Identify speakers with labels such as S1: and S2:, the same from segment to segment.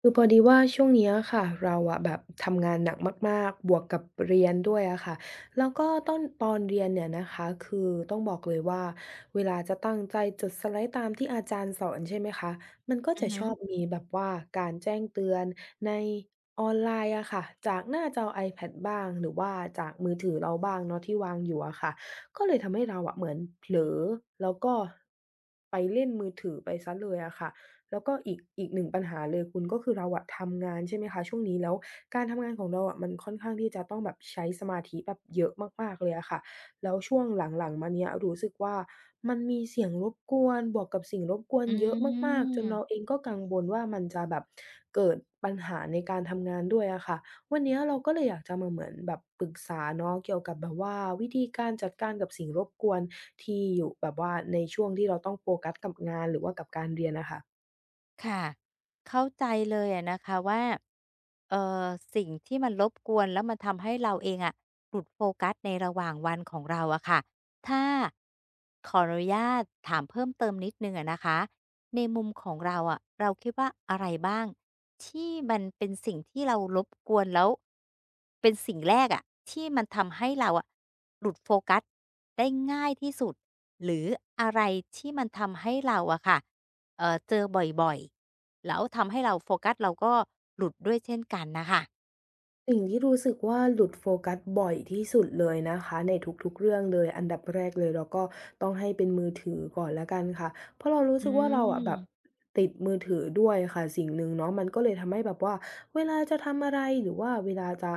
S1: คือพอดีว่าช่วงเนี้ยค่ะเราอะแบบทำงานหนักมากๆบวกกับเรียนด้วยอะค่ะแล้วก็ต้นตอนเรียนเนี่ยนะคะคือต้องบอกเลยว่าเวลาจะตั้งใจจดสไลด์ตามที่อาจารย์สอนใช่ไหมคะมันก็
S2: อือ
S1: จะ
S2: ฮึ
S1: ชอบมีแบบว่าการแจ้งเตือนในออนไลน์อะค่ะจากหน้าจอ iPad บ้างหรือว่าจากมือถือเราบ้างเนาะที่วางอยู่อะค่ะก็เลยทำให้เราอะเหมือนเผลอแล้วก็ไปเล่นมือถือไปเสียเลยอะค่ะ แล้วก็อีกหนึ่งปัญหาเลยคุณก็คือเราอะทำงานใช่ไหมคะช่วงนี้แล้วการทำงานของเราอะมันค่อนข้างที่จะต้องแบบใช้สมาธิแบบเยอะมากๆเลยอะค่ะแล้วช่วงหลังๆมาเนี้ยรู้สึกว่ามันมีเสียงรบกวนบวกกับสิ่งรบกวน
S2: อื
S1: เยอะมากๆจนเราเอ
S2: ม
S1: งก็กังวลว่ามันจะแบบเกิดปัญหาในการทำงานด้วยอะค่ะวันเนี้ยเราก็เลยอยากจะมาเหมือนแบบปรึกษาเนาะเกี่ยวกับแบบว่าวิธีการจัดการกับสิ่งรบกวนที่อยู่แบบว่าในช่วงที่เราต้องโฟกัสกับงานหรือว่ากับการเรียนอะค่ะ
S2: ค่ะเข้าใจเลยอะนะคะว่าเอ่อสิ่งที่มันรบกวนแล้วมันทำให้เราเองอะหลุดโฟกัสในระหว่างวันของเราอะค่ะถ้าขออนุญาตถามเพิ่มเติมนิดหนึ่งอะนะคะในมุมของเราอะเราคิดว่าอะไรบ้างที่มันเป็นสิ่งที่เรารบกวนแล้วเป็นสิ่งแรกอะที่มันทำให้เราอะหลุดโฟกัสได้ง่ายที่สุดหรืออะไรที่มันทำให้เราอะค่ะ เจอบ่อยๆแล้วทำให้เราโฟกัสเราก็หลุดด้วยเช่นกันน่ะค่ะ
S1: สิ่งที่รู้สึกว่าหลุดโฟกัสบ่อยที่สุดเลยนะคะในทุกๆเรื่องเลยอันดับแรกเลยเราก็ต้องให้เป็นมือถือก่อนแล้วกันค่ะเพราะเรารู้
S2: อื
S1: สึกว่าเราอะแบบ
S2: ม
S1: ติดมือถือด้วยค่ะสิ่งหนึ่งเนาะมันก็เลยทำให้แบบว่าเวลาจะทำอะไรหรือว่าเวลาจะ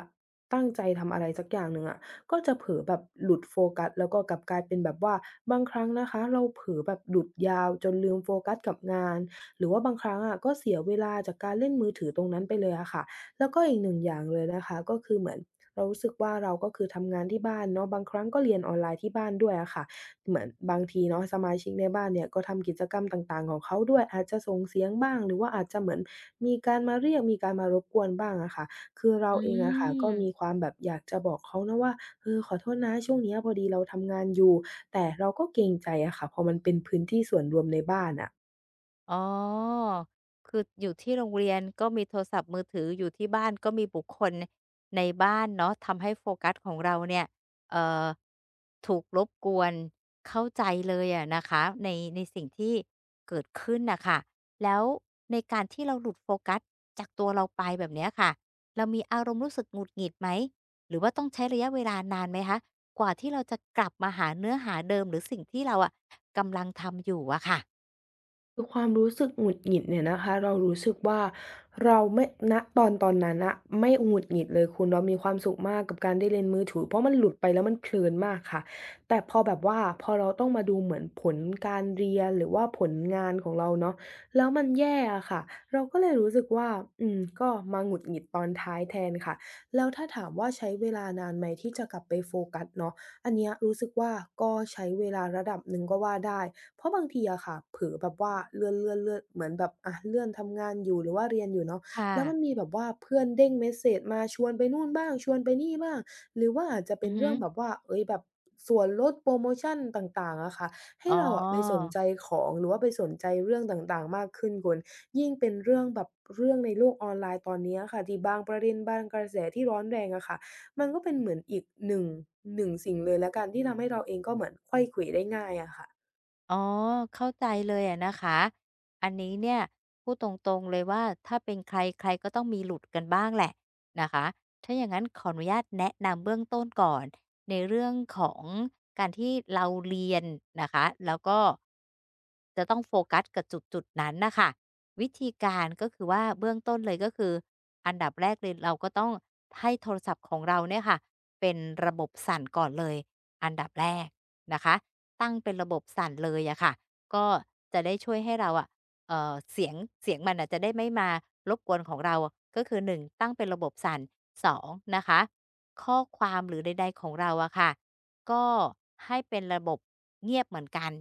S1: ตั้งใจทำอะไรสักอย่างหนึ่งอะก็จะเผลอแบบหลุดโฟกัสแล้วก็กลับกลายเป็นแบบว่าบางครั้งนะคะเราเผลอแบบหลุดยาวจนลืมโฟกัสกับงานหรือว่าบางครั้งอะก็เสียเวลาจากการเล่นมือถือตรงนั้นไปเลยอะค่ะ แล้วก็อีกหนึ่งอย่างเลยนะคะก็คือเหมือนเรารู้สึกว่าเราก็คือทำงานที่บ้านเนาะบางครั้งก็เรียนออนไลน์ที่บ้านด้วยอะค่ะเหมือนบางทีเนาะสมาชิกในบ้านเนี่ยก็ทำกิจกรรมต่างๆของเขาด้วยอาจจะส่งเสียงบ้างหรือว่าอาจจะเหมือนมีการมาเรียกมีการมารบกวนบ้างอะค่ะคือเรา
S2: อื
S1: เองอะค่ะก็
S2: ม
S1: มีความแบบอยากจะบอกเขานะว่าเออขอโทษนะช่วงเนี้ยพอดีเราทำงานอยู่แต่เราก็เกรงใจอะค่ะพอมันเป็นพื้นที่ส่วนรวมในบ้านอะ
S2: อ๋อคืออยู่ที่โรงเรียนก็มีโทรศัพท์มือถืออยู่ที่บ้านก็มีบุคคลในบ้านเนาะทำให้โฟกัสของเราเนี่ยเอ่อถูกรบกวนเข้าใจเลยอะนะคะในในสิ่งที่เกิดขึ้นน่ะค่ะแล้วในการที่เราหลุดโฟกัสจากตัวเราไปแบบเนี้ยค่ะเรามีอารมณ์รู้สึกหงุดหงิดไหมหรือว่าต้องใช้ระยะเวลานานไหมคะกว่าที่เราจะกลับมาหาเนื้อหาเดิมหรือสิ่งที่เราอะกำลังทำอยู่อะค่ะ
S1: คือความรู้สึกหงุดหงิดเนี่ยนะคะเรารู้สึกว่าเราไม่ณตอนนั้นนะไม่หงุดหงิดเลยคุณเรามีความสุขมากกับการได้เล่นมือถือเพราะมันหลุดไปแล้วมันเพลินมากค่ะแต่พอแบบว่าพอเราต้องมาดูเหมือนผลการเรียนหรือว่าผลงานของเราเนาะแล้วมันแย่อะค่ะเราก็เลยรู้สึกว่าอืมก็มาหงุดหงิดตอนท้ายแทนค่ะแล้วถ้าถามว่าใช้เวลานานไหมที่จะกลับไปโฟกัสเนาะอันเนี้ยรู้สึกว่าก็ใช้เวลาระดับหนึ่งก็ว่าได้ เพราะบางทีอะค่ะเผลอแบบว่าเลื่อนเหมือนแบบอะเลื่อนทำงานอยู่หรือว่าเรียนอยู่เนาะ
S2: ค
S1: แล้วมัน
S2: ่ะ
S1: มีแบบว่าเพื่อนเด้งเมสเซจมาชวนไปนู่นบ้างชวนไปนี่บ้างหรือว่าอาจจะ
S2: อื
S1: เป็น
S2: อฮึ
S1: เรื่องแบบว่าเฮ้ยแบบส่วนลดโพรโมชันต่างๆอะค่ะ
S2: อ๋
S1: ให้เราอะไปสน
S2: อ
S1: ใจของหรือว่าไปสนใจเรื่องต่างๆมากขึ้นคุณยิ่งเป็นเรื่องแบบเรื่องในโลกออนไลน์ตอนเนี้ยค่ะที่บางประเด็นบางกระแสที่ร้อนแรงอะค่ะมันก็เป็นเหมือนอีกหนึ่งสิ่งเลยแล้วกันที่ทำให้เราเองก็เหมือนไขว้เขวได้ง่ายอะค่ะ
S2: อ๋อ เข้าใจเลยอะนะคะ อันนี้เนี่ยพูดตรงๆเลยว่าถ้าเป็นใครใครก็ต้องมีหลุดกันบ้างแหละนะคะ ถ้าอย่างนั้นขออนุญาตแนะนำเบื้องต้นก่อนในเรื่องของการที่เราเรียนนะคะแล้วก็จะต้องโฟกัสกับจุดๆนั้นนะคะวิธีการก็คือว่าเบื้องต้นเลยก็คืออันดับแรกเลยเราก็ต้องให้โทรศัพท์ของเราเนี่ยค่ะเป็นระบบสั่นก่อนเลยอันดับแรก นะคะตั้งเป็นระบบสั่นเลยอะค่ะก็จะได้ช่วยให้เราอะเอ่อเสียงเสียงมันน่ะจะได้ไม่มารบกวนของเราก็คือหนึ่งตั้งเป็นระบบสั่นสองนะคะข้อความหรือใดๆของเราอะค่ะก็ให้เป็นระบบเงียบเหมือนกัน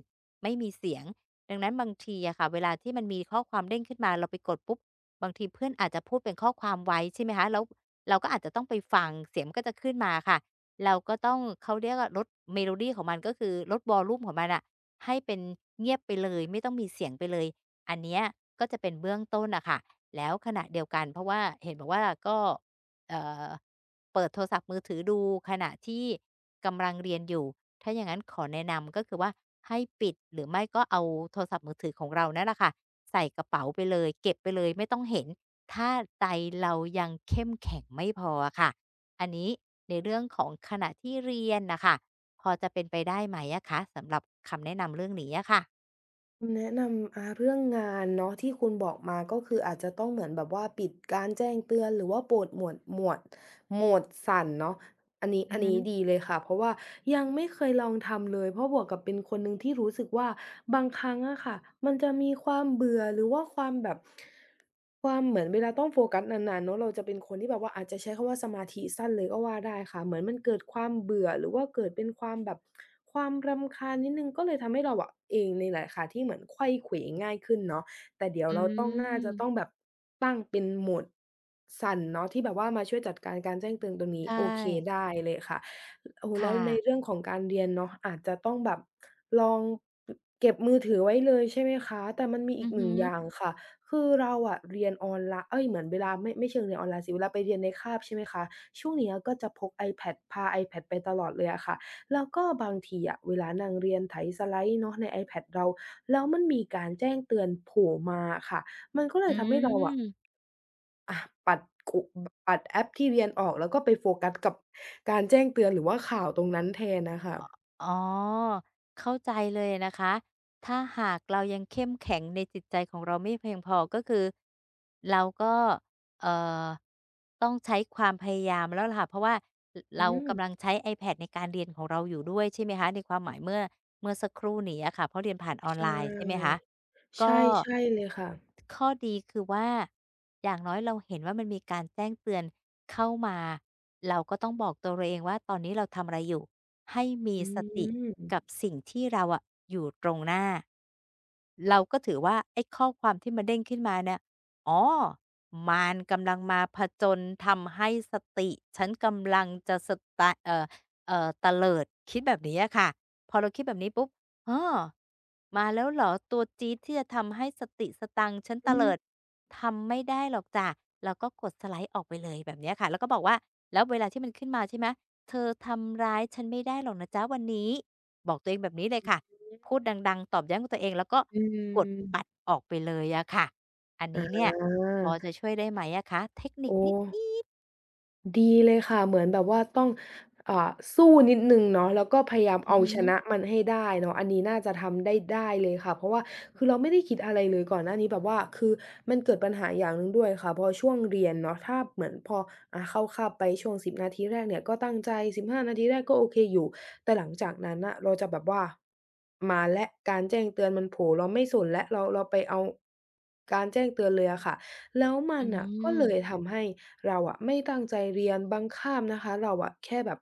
S2: ไม่มีเสียงดังนั้นบางทีอะค่ะเวลาที่มันมีข้อความเด้งขึ้นมาเราไปกดปุ๊บบางทีเพื่อนอาจจะพูดเป็นข้อความไว้ใช่ไหมคะแล้วเราก็อาจจะต้องไปฟังเสียงมันก็จะขึ้นมาค่ะ เราก็ต้องเขาเรียกว่าลด melody ของมันก็คือลด volume ของมันน่ะให้เป็นเงียบไปเลยไม่ต้องมีเสียงไปเลยอันเนี้ยก็จะเป็นเบื้องต้นน่ะค่ะแล้วขณะเดียวกันเพราะว่าเห็นบอกว่าก็เอ่อเปิดโทรศัพท์มือถือดูขณะที่กำลังเรียนอยู่ถ้าอย่างงั้นขอแนะนำก็คือว่าให้ปิดหรือไม่ก็เอาโทรศัพท์มือถือของเรานั่นแหละค่ะใส่กระเป๋าไปเลยเก็บไปเลยไม่ต้องเห็นถ้าใจเรายังเข้มแข็งไม่พออะค่ะ อันนี้ในเรื่องของขณะที่เรียนน่ะค่ะพอจะเป็นไปได้ไหมอะคะสำหรับคำแนะนำเรื่องนี้อะค่ะ
S1: แนะนำเรื่องงานเนาะที่คุณบอกมาก็คืออาจจะต้องเหมือนแบบว่าปิดการแจ้งเตือนหรือว่าโปรดหมวดสั่นเนาะ อันนี้
S2: อือ
S1: อัน
S2: ฮึ
S1: นี้ดีเลยค่ะเพราะว่ายังไม่เคยลองทำเลยเพราะบวกกับเป็นคนหนึ่งที่รู้สึกว่าบางครั้งอะค่ะมันจะมีความเบื่อหรือว่าความแบบความเหมือนเวลาต้องโฟกัสนานๆเนาะเราจะเป็นคนที่แบบว่าอาจจะใช้คำว่าสมาธิสั้นเลยก็ว่าได้ค่ะเหมือนมันเกิดความเบื่อหรือว่าเกิดเป็นความแบบความรำคาญนิดหนึ่งก็เลยทำให้เราอะเองนี่แหละค่ะที่เหมือนไขว้เขวง่ายขึ้นเนาะ แต่เดี๋ยว
S2: อื
S1: เราต้องน่าจะต้องแบ
S2: ม
S1: บตั้งเป็นโหมดสั่นเนาะที่แบบว่ามาช่วยจัดการการแจ้งเตือนตรงนี้
S2: ใช่
S1: โอเคได้เลยค่ะโอ้โฮแล้ว
S2: ค่ะ
S1: ในเรื่องของการเรียนเนาะอาจจะต้องแบบลองอเก็บมือถือไว้เลยใช่ไหมคะแต่มันมีอี
S2: อื
S1: ก
S2: อ
S1: ห
S2: ฮึ
S1: นึ่งอย่างค่ะคือเราอะเรียนออนไลเอ๊ยเหมือนเวลาไม่เชิงเรียนออนไลน์สิเวลาไปเรียนในคาบใช่ไหมคะช่วงเนี้ยก็จะพก iPad พา iPad ไปตลอดเลยอะค่ะ แล้วก็บางทีอะเวลานั่งเรียนไถสไลด์เนาะใน iPad เราแล้วมันมีการแจ้งเตือนโผล่มาอะค่ะมันก็เล
S2: อื
S1: ยทำให้เราอะ
S2: ม
S1: อะปัดกุปัดแอปที่เรียนออกแล้วก็ไปโฟกัสกับการแจ้งเตือนหรือว่าข่าวตรงนั้นแทนน่ะค่ะ
S2: อ๋อเข้าใจเลยนะคะถ้าหากเรายังเข้มแข็งในจิตใจของเราไม่เพียงพอก็คือเราก็เอ่อต้องใช้ความพยายามแล้วล่ะค่ะเพราะว่า
S1: อื
S2: เรา
S1: ม
S2: กำลังใช้ iPad ในการเรียนของเราอยู่ด้วยใช่ไหมคะในความหมายเมื่อสักครู่นี้อะค่ะเพราะเรียนผ่านออ
S1: ใช
S2: นไลน์ใช่ไหม
S1: ่
S2: คะ ก็
S1: ใช่ใช่เลยค่ะ
S2: ข้อดีคือว่าอย่างน้อยเราเห็นว่ามันมีการแจ้งเตือนเข้ามาเราก็ต้องบอกตัวเราเองว่าตอนนี้เราทำอะไรอยู่ให้มี
S1: อื
S2: สติ
S1: ม
S2: กับสิ่งที่เราอะอยู่ตรงหน้าเราก็ถือว่าไอ้ข้อความที่มันเด้งขึ้นมาเนี่ยอ๋อมารกำลังมาผจญทำให้สติฉันกำลังจะสตะเตลิดคิดแบบนี้อะค่ะพอเราคิดแบบนี้ปุ๊บ อ้อมาแล้วเหรอตัวจี๊ดที่จะทำให้สติสตังค์ฉันเต
S1: อือฮึ
S2: ลิดทำไม่ได้หรอกจ้ะแล้วก็กดสไลด์ออกไปเลยแบบเนี้ยค่ะแล้วก็บอกว่าแล้วเวลาที่มันขึ้นมาใช่ไหมเธอทำร้ายฉันไม่ได้หรอกนะจ๊ะวันนี้บอกตัวเองแบบนี้เลยค่ะพูดดังๆตอบย้ำกับตัวเองแล้วก็
S1: อื
S2: กดปัด
S1: ม
S2: ออกไปเลยอะค่ะอันนี้
S1: อา
S2: เนี่ยพอจะช่วยได้ไหมอะคะเทคนิค
S1: โอ้
S2: นิด
S1: ดีเลยค่ะเหมือนแบบว่าต้องอ่าสู้นิดหนึ่งเนาะแล้วก็พยายาม
S2: ๆอือ
S1: เอา
S2: ฮึ
S1: ชนะมันให้ได้เนาะอันนี้น่าจะทำได้เลยค่ะเพราะว่าคือเราไม่ได้คิดอะไรเลยก่อนหน้านี้แบบว่าคือมันเกิดปัญหาอย่างหนึ่งด้วยค่ะพอช่วงเรียนเนาะถ้าเหมือนพอเข้าคาบไปช่วง10 นาทีแรกเนี่ยก็ตั้งใจ15 นาทีแรกก็โอเคอยู่แต่หลังจากนั้นน่ะเราจะแบบว่ามาแล้วการแจ้งเตือนมันโผล่เราไม่สนแล้วเราไปเอาการแจ้งเตือนเลยอะค่ะแล้วมั
S2: อื
S1: นน่ะก็เลย
S2: ม
S1: ทำให้ เราอะไม่ตั้งใจเรียนบางคาบนะคะเราอะแค่แบบ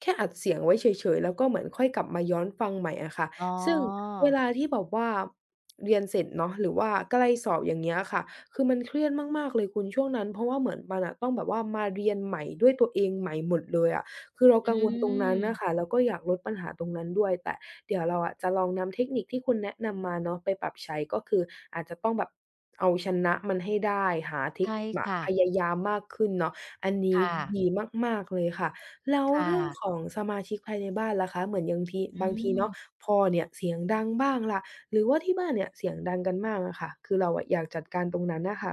S1: แค่อัดเสียงไว้เฉยๆแล้วก็เหมือนค่อยกลับมาย้อนฟังใหม่อะค่ะ
S2: อ๋อ
S1: ซึ่งเวลาที่แบบว่าเรียนเสร็จเนาะหรือว่าใกล้สอบอย่างเงี้ยค่ะคือมันเครียดมากๆเลยคุณช่วงนั้นเพราะว่าเหมือนมันอะต้องแบบว่ามาเรียนใหม่ด้วยตัวเองใหม่หมดเลยอะ คือเรา
S2: อื
S1: กังวลตรงนั้นน่ะค่ะ
S2: ม
S1: แล้วก็อยากลดปัญหาตรงนั้นด้วยแต่เดี๋ยวเราอะจะลองนำเทคนิคที่คุณแนะนำมาเนาะไปปรับใช้ก็คืออาจจะต้องแบบเอาชนะมันให้ได้หาเิค
S2: ใช่
S1: แบบ
S2: ค่ะ
S1: พยายามมากขึ้นเนาะอันนี้
S2: ค่ะ
S1: ดีมากๆเลยค่ะแล้ว
S2: ค่ะ
S1: เรื่องของสมาชิกภายในบ้านล่ะคะเหมือนยังที
S2: อื
S1: บางทีเนาะ
S2: ม
S1: พ่อเนี่ยเสียงดังบ้างล่ะหรือว่าที่บ้านเนี่ยเสียงดังกันมากอะค่ะคือเราอะอยากจัดการตรงนั้นน่ะค่ะ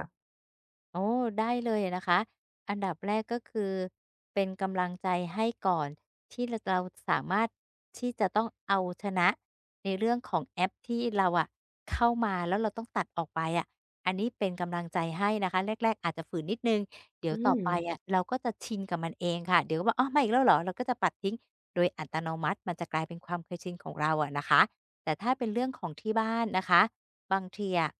S2: โอ้ได้เลยนะคะอันดับแรกก็คือเป็นกำลังใจให้ก่อนที่เราสามารถที่จะต้องเอาชนะในเรื่องของแอปที่เราอะเข้ามาแล้วเราต้องตัดออกไปอะอันนี้เป็นกำลังใจให้นะคะแรกๆอาจจะฝืนนิดหนึ่งเดี๋ยว
S1: อื
S2: ต่อ
S1: ม
S2: ไปอะเราก็จะชินกับมันเองค่ะเดี๋ยวก็บอกอ้าวมาอีกแล้วเหรอเราก็จะปัดทิ้งโดยอัตโนมัติมันจะกลายเป็นความเคยชินของเราอะนะคะแต่ถ้าเป็นเรื่องของที่บ้านนะคะบางทีอะ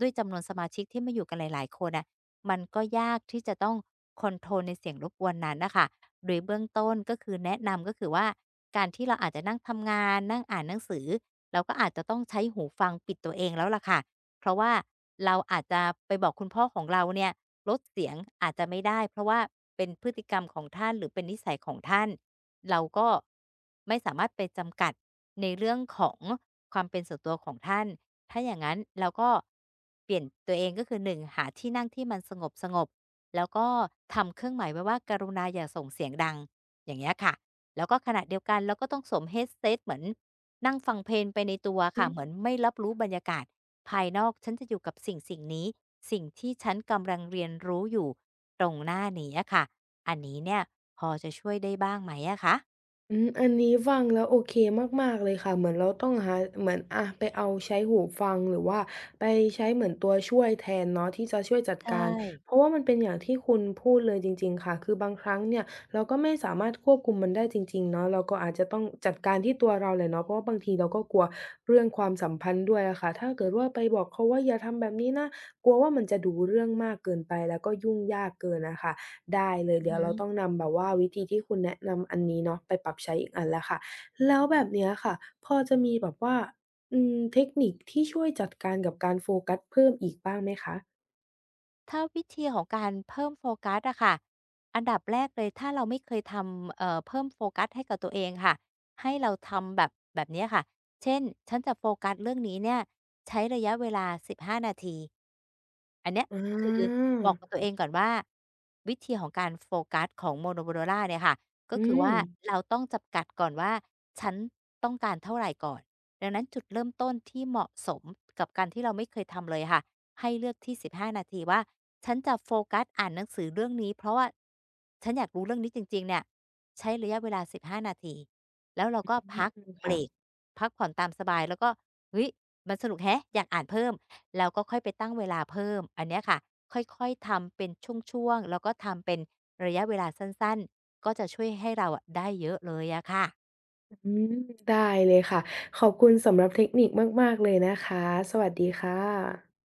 S2: ด้วยจำนวนสมาชิกที่มาอยู่กันหลายๆคนอะ มันก็ยากที่จะต้องคอนโทรลในเสียงรบกวนนั้นน่ะค่ะโดยเบื้องต้นก็คือแนะนำก็คือว่าการที่เราอาจจะนั่งทำงานนั่งอ่านหนังสือเราก็อาจจะต้องใช้หูฟังปิดตัวเองแล้วล่ะค่ะ เพราะว่าเราอาจจะไปบอกคุณพ่อของเราเนี่ยลดเสียงอาจจะไม่ได้เพราะว่าเป็นพฤติกรรมของท่านหรือเป็นนิสัยของท่านเราก็ไม่สามารถไปจำกัดในเรื่องของความเป็นส่วนตัวของท่านถ้าอย่างนั้นเราก็เปลี่ยนตัวเองก็คือหนึ่งหาที่นั่งที่มันสงบสงบแล้วก็ทำเครื่องหมายไว้ว่ากรุณาอย่าส่งเสียงดังอย่างเงี้ยค่ะแล้วก็ขณะเดียวกันเราก็ต้องสวม headset เหมือนนั่งฟังเพลงไปในตัว
S1: อื
S2: ค่ะ
S1: ม
S2: เหมือนไม่รับรู้บรรยากาศ ภายนอกฉันจะอยู่กับสิ่งสิ่งนี้สิ่งที่ฉันกำลังเรียนรู้อยู่ตรงหน้านี้อะค่ะอันนี้เนี่ยพอจะช่วยได้บ้างไหมอะคะ
S1: อืมอันนี้ฟังแล้วโอเคมากๆเลยค่ะเหมือนเราต้องหาเหมือนอะไปเอาใช้หูฟังหรือว่าไปใช้เหมือนตัวช่วยแทนเนาะที่จะช่วยจัด
S2: ใช่
S1: การ เพราะว่ามันเป็นอย่างที่คุณพูดเลยจริงๆค่ะคือบางครั้งเนี่ยเราก็ไม่สามารถควบคุมมันได้จริงๆเนาะเราก็อาจจะต้องจัดการที่ตัวเราแหละเนาะเพราะว่าบางทีเราก็กลัวเรื่องความสัมพันธ์ด้วยอะค่ะถ้าเกิดว่าไปบอกเขาว่าอย่าทำแบบนี้นะกลัวว่ามันจะดูเรื่องมากเกินไปแล้วก็ยุ่งยากเกินอะค่ะ ได้เลย
S2: อือ
S1: เดี๋ยว
S2: ฮึ
S1: เราต้องนำแบบว่าวิธีที่คุณแนะนำอันนี้เนาะไปปรับใช้อีกอันแล้วค่ะแล้วแบบเนี้ยค่ะพอจะมีแบบว่าเทคนิคที่ช่วยจัดการกับการโฟกัสเพิ่มอีกบ้างไหมคะ
S2: ถ้าวิธีของการเพิ่มโฟกัสอะค่ะอันดับแรกเลยถ้าเราไม่เคยทำเพิ่มโฟกัสให้กับตัวเองค่ะให้เราทำแบบเนี้ยค่ะเช่นฉันจะโฟกัสเรื่องนี้เนี่ยใช้ระยะเวลา15นาทีอันเนี้ย
S1: อา
S2: คือบอกกับตัวเองก่อนว่าวิธีของการโฟกัสของ m o n o โ o d o l a เนี่ยค่ะก็
S1: อื
S2: คือ
S1: ม
S2: ว่าเราต้องจำกัดก่อนว่าฉันต้องการเท่าไหรก่อนดังนั้นจุดเริ่มต้นที่เหมาะสมกับการที่เราไม่เคยทำเลยค่ะ ให้เลือกที่15นาทีว่าฉันจะโฟกัสอ่านหนังสือเรื่องนี้เพราะว่าฉันอยากรู้เรื่องนี้จริงๆเนี่ยใช้ระยะเวลา15นาทีแล้วเราก็
S1: อื
S2: พครับก
S1: ม
S2: เบร
S1: ค่ะ
S2: กพักผ่อนตามสบายแล้วก็เฮ้ยมันสนุกแฮะอยากอ่านเพิ่มเราก็ค่อยไปตั้งเวลาเพิ่มอันเนี้ยค่ะค่อยๆทำเป็นช่วงๆแล้วก็ทำเป็นระยะเวลาสั้นๆก็จะช่วยให้เราอะได้เยอะเลยอะค่ะ
S1: อืมได้เลยค่ะขอบคุณสำหรับเทคนิคมากๆเลยนะคะสวัสดีค่ะ